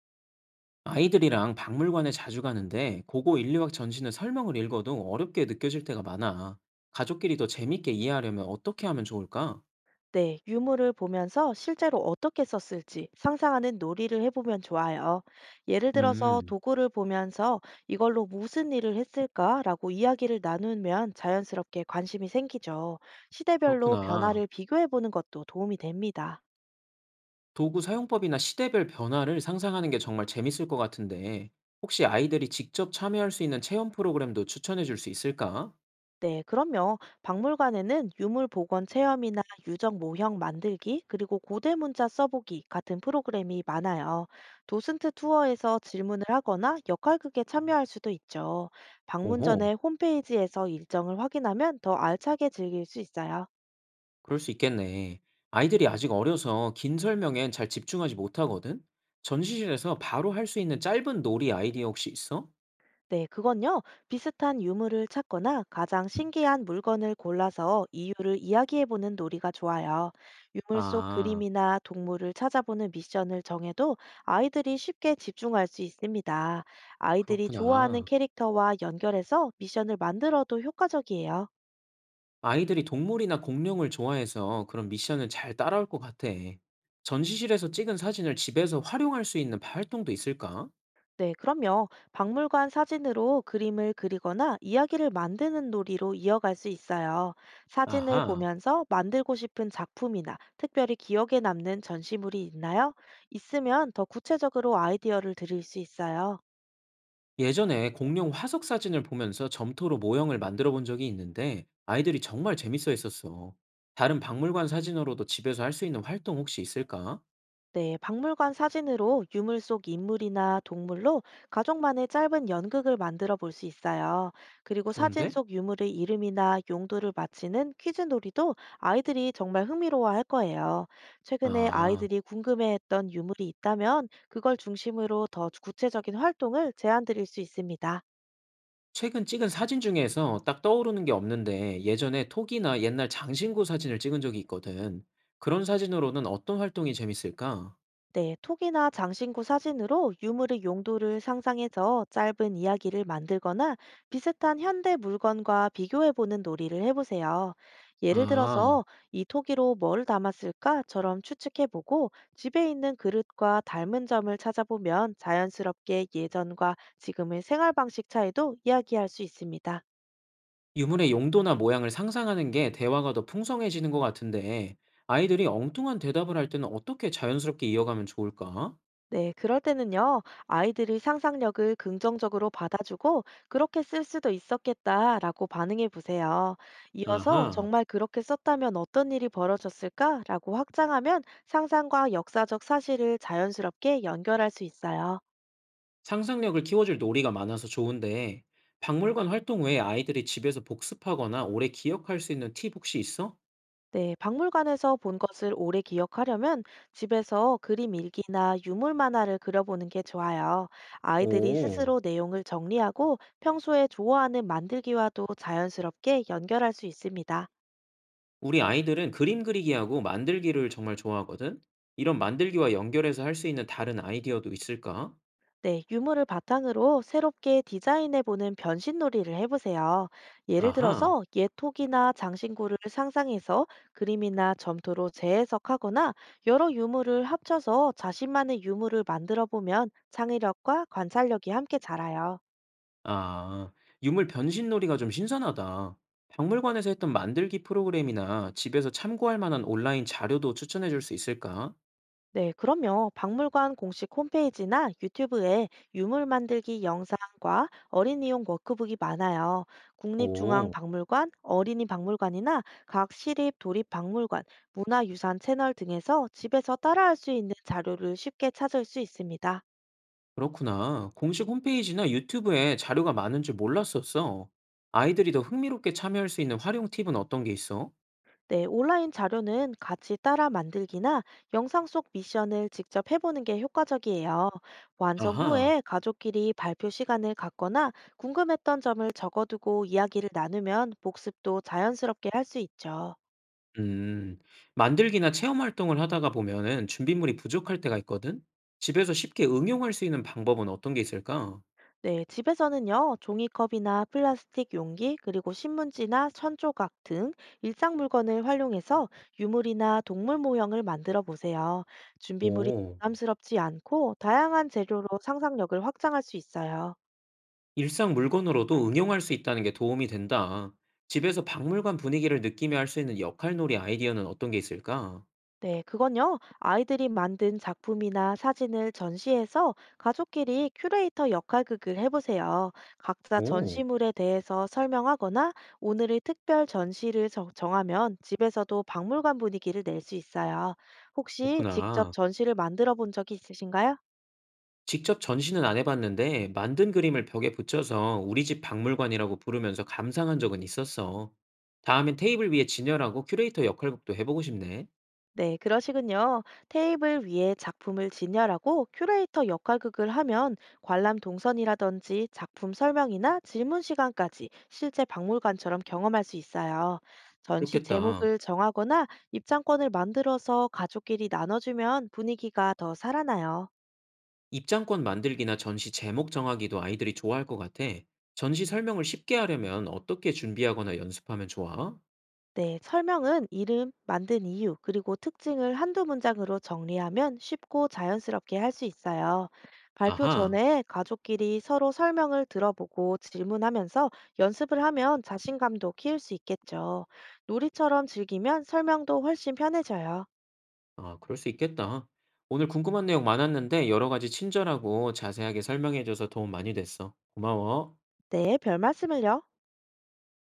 아이들이랑 박물관에 자주 가는데 고고 인류학 전신의 설명을 읽어도 어렵게 느껴질 때가 많아. 가족끼리 더 재밌게 이해하려면 어떻게 하면 좋을까? 네, 유물을 보면서 실제로 어떻게 썼을지 상상하는 놀이를 해보면 좋아요. 예를 들어서 음, 도구를 보면서 이걸로 무슨 일을 했을까라고 이야기를 나누면 자연스럽게 관심이 생기죠. 시대별로 그렇구나. 변화를 비교해보는 것도 도움이 됩니다. 도구 사용법이나 시대별 변화를 상상하는 게 정말 재밌을 것 같은데, 혹시 아이들이 직접 참여할 수 있는 체험 프로그램도 추천해 줄 수 있을까? 네, 그럼요. 박물관에는 유물 복원 체험이나 유적 모형 만들기, 그리고 고대 문자 써보기 같은 프로그램이 많아요. 도슨트 투어에서 질문을 하거나 역할극에 참여할 수도 있죠. 방문 오호, 전에 홈페이지에서 일정을 확인하면 더 알차게 즐길 수 있어요. 그럴 수 있겠네. 아이들이 아직 어려서 긴 설명엔 잘 집중하지 못하거든? 전시실에서 바로 할 수 있는 짧은 놀이 아이디어 혹시 있어? 네, 그건요. 비슷한 유물을 찾거나 가장 신기한 물건을 골라서 이유를 이야기해보는 놀이가 좋아요. 유물 속 아. 그림이나 동물을 찾아보는 미션을 정해도 아이들이 쉽게 집중할 수 있습니다. 아이들이 좋아하는 그렇구나. 캐릭터와 연결해서 미션을 만들어도 효과적이에요. 아이들이 동물이나 공룡을 좋아해서 그런 미션을 잘 따라올 것 같아. 전시실에서 찍은 사진을 집에서 활용할 수 있는 활동도 있을까? 네, 그럼요. 박물관 사진으로 그림을 그리거나 이야기를 만드는 놀이로 이어갈 수 있어요. 사진을 아하. 보면서 만들고 싶은 작품이나 특별히 기억에 남는 전시물이 있나요? 있으면 더 구체적으로 아이디어를 드릴 수 있어요. 예전에 공룡 화석 사진을 보면서 점토로 모형을 만들어 본 적이 있는데 아이들이 정말 재밌어 했었어. 다른 박물관 사진으로도 집에서 할 수 있는 활동 혹시 있을까? 네, 박물관 사진으로 유물 속 인물이나 동물로 가족만의 짧은 연극을 만들어 볼 수 있어요. 그리고 사진 좋은데? 속 유물의 이름이나 용도를 맞히는 퀴즈 놀이도 아이들이 정말 흥미로워할 거예요. 최근에 아. 아이들이 궁금해했던 유물이 있다면 그걸 중심으로 더 구체적인 활동을 제안 드릴 수 있습니다. 최근 찍은 사진 중에서 딱 떠오르는 게 없는데 예전에 톡이나 옛날 장신구 사진을 찍은 적이 있거든. 그런 사진으로는 어떤 활동이 재밌을까? 네, 톡이나 장신구 사진으로 유물의 용도를 상상해서 짧은 이야기를 만들거나 비슷한 현대 물건과 비교해보는 놀이를 해보세요. 예를 아, 들어서 이 토기로 뭘 담았을까처럼 추측해보고 집에 있는 그릇과 닮은 점을 찾아보면 자연스럽게 예전과 지금의 생활 방식 차이도 이야기할 수 있습니다. 유물의 용도나 모양을 상상하는 게 대화가 더 풍성해지는 것 같은데 아이들이 엉뚱한 대답을 할 때는 어떻게 자연스럽게 이어가면 좋을까? 네, 그럴 때는요, 아이들이 상상력을 긍정적으로 받아주고, 그렇게 쓸 수도 있었겠다라고 반응해 보세요. 이어서 아하, 정말 그렇게 썼다면 어떤 일이 벌어졌을까라고 확장하면 상상과 역사적 사실을 자연스럽게 연결할 수 있어요. 상상력을 키워줄 놀이가 많아서 좋은데 박물관 활동 외에 아이들이 집에서 복습하거나 오래 기억할 수 있는 팁 혹시 있어? 네, 박물관에서 본 것을 오래 기억하려면 집에서 그림 일기나 유물 만화를 그려보는 게 좋아요. 아이들이 오. 스스로 내용을 정리하고 평소에 좋아하는 만들기와도 자연스럽게 연결할 수 있습니다. 우리 아이들은 그림 그리기하고 만들기를 정말 좋아하거든? 이런 만들기와 연결해서 할 수 있는 다른 아이디어도 있을까? 네, 유물을 바탕으로 새롭게 디자인해보는 변신놀이를 해보세요. 예를 아하, 들어서 옛 톡이나 장신구를 상상해서 그림이나 점토로 재해석하거나 여러 유물을 합쳐서 자신만의 유물을 만들어보면 창의력과 관찰력이 함께 자라요. 아, 유물 변신놀이가 좀 신선하다. 박물관에서 했던 만들기 프로그램이나 집에서 참고할 만한 온라인 자료도 추천해 줄 수 있을까? 네, 그럼요. 박물관 공식 홈페이지나 유튜브에 유물 만들기 영상과 어린이용 워크북이 많아요. 오, 국립중앙박물관, 어린이박물관이나 각 시립 도립박물관, 문화유산 채널 등에서 집에서 따라할 수 있는 자료를 쉽게 찾을 수 있습니다. 그렇구나. 공식 홈페이지나 유튜브에 자료가 많은 줄 몰랐었어. 아이들이 더 흥미롭게 참여할 수 있는 활용 팁은 어떤 게 있어? 네, 온라인 자료는 같이 따라 만들기나 영상 속 미션을 직접 해보는 게 효과적이에요. 완성 아하. 후에 가족끼리 발표 시간을 갖거나 궁금했던 점을 적어두고 이야기를 나누면 복습도 자연스럽게 할 수 있죠. 음. 만들기나 체험 활동을 하다가 보면은 준비물이 부족할 때가 있거든? 집에서 쉽게 응용할 수 있는 방법은 어떤 게 있을까? 네, 집에서는요, 종이컵이나 플라스틱 용기, 그리고 신문지나 천조각 등 일상 물건을 활용해서 유물이나 동물 모형을 만들어 보세요. 준비물이 오, 부담스럽지 않고 다양한 재료로 상상력을 확장할 수 있어요. 일상 물건으로도 응용할 수 있다는 게 도움이 된다. 집에서 박물관 분위기를 느끼며 할 수 있는 역할놀이 아이디어는 어떤 게 있을까? 네, 그건요. 아이들이 만든 작품이나 사진을 전시해서 가족끼리 큐레이터 역할극을 해보세요. 각자 오, 전시물에 대해서 설명하거나 오늘의 특별 전시를 정하면 집에서도 박물관 분위기를 낼 수 있어요. 혹시 직접 그렇구나. 전시를 만들어 본 적이 있으신가요? 직접 전시는 안 해봤는데 만든 그림을 벽에 붙여서 우리 집 박물관이라고 부르면서 감상한 적은 있었어. 다음엔 테이블 위에 진열하고 큐레이터 역할극도 해보고 싶네. 네, 그러시군요. 테이블 위에 작품을 진열하고 큐레이터 역할극을 하면 관람 동선이라든지 작품 설명이나 질문 시간까지 실제 박물관처럼 경험할 수 있어요. 전시 그렇겠다. 제목을 정하거나 입장권을 만들어서 가족끼리 나눠주면 분위기가 더 살아나요. 입장권 만들기나 전시 제목 정하기도 아이들이 좋아할 것 같아. 전시 설명을 쉽게 하려면 어떻게 준비하거나 연습하면 좋아? 네, 설명은 이름, 만든 이유, 그리고 특징을 한두 문장으로 정리하면 쉽고 자연스럽게 할 수 있어요. 발표 아하, 전에 가족끼리 서로 설명을 들어보고 질문하면서 연습을 하면 자신감도 키울 수 있겠죠. 놀이처럼 즐기면 설명도 훨씬 편해져요. 아, 그럴 수 있겠다. 오늘 궁금한 내용 많았는데 여러 가지 친절하고 자세하게 설명해줘서 도움 많이 됐어. 고마워. 네, 별 말씀을요.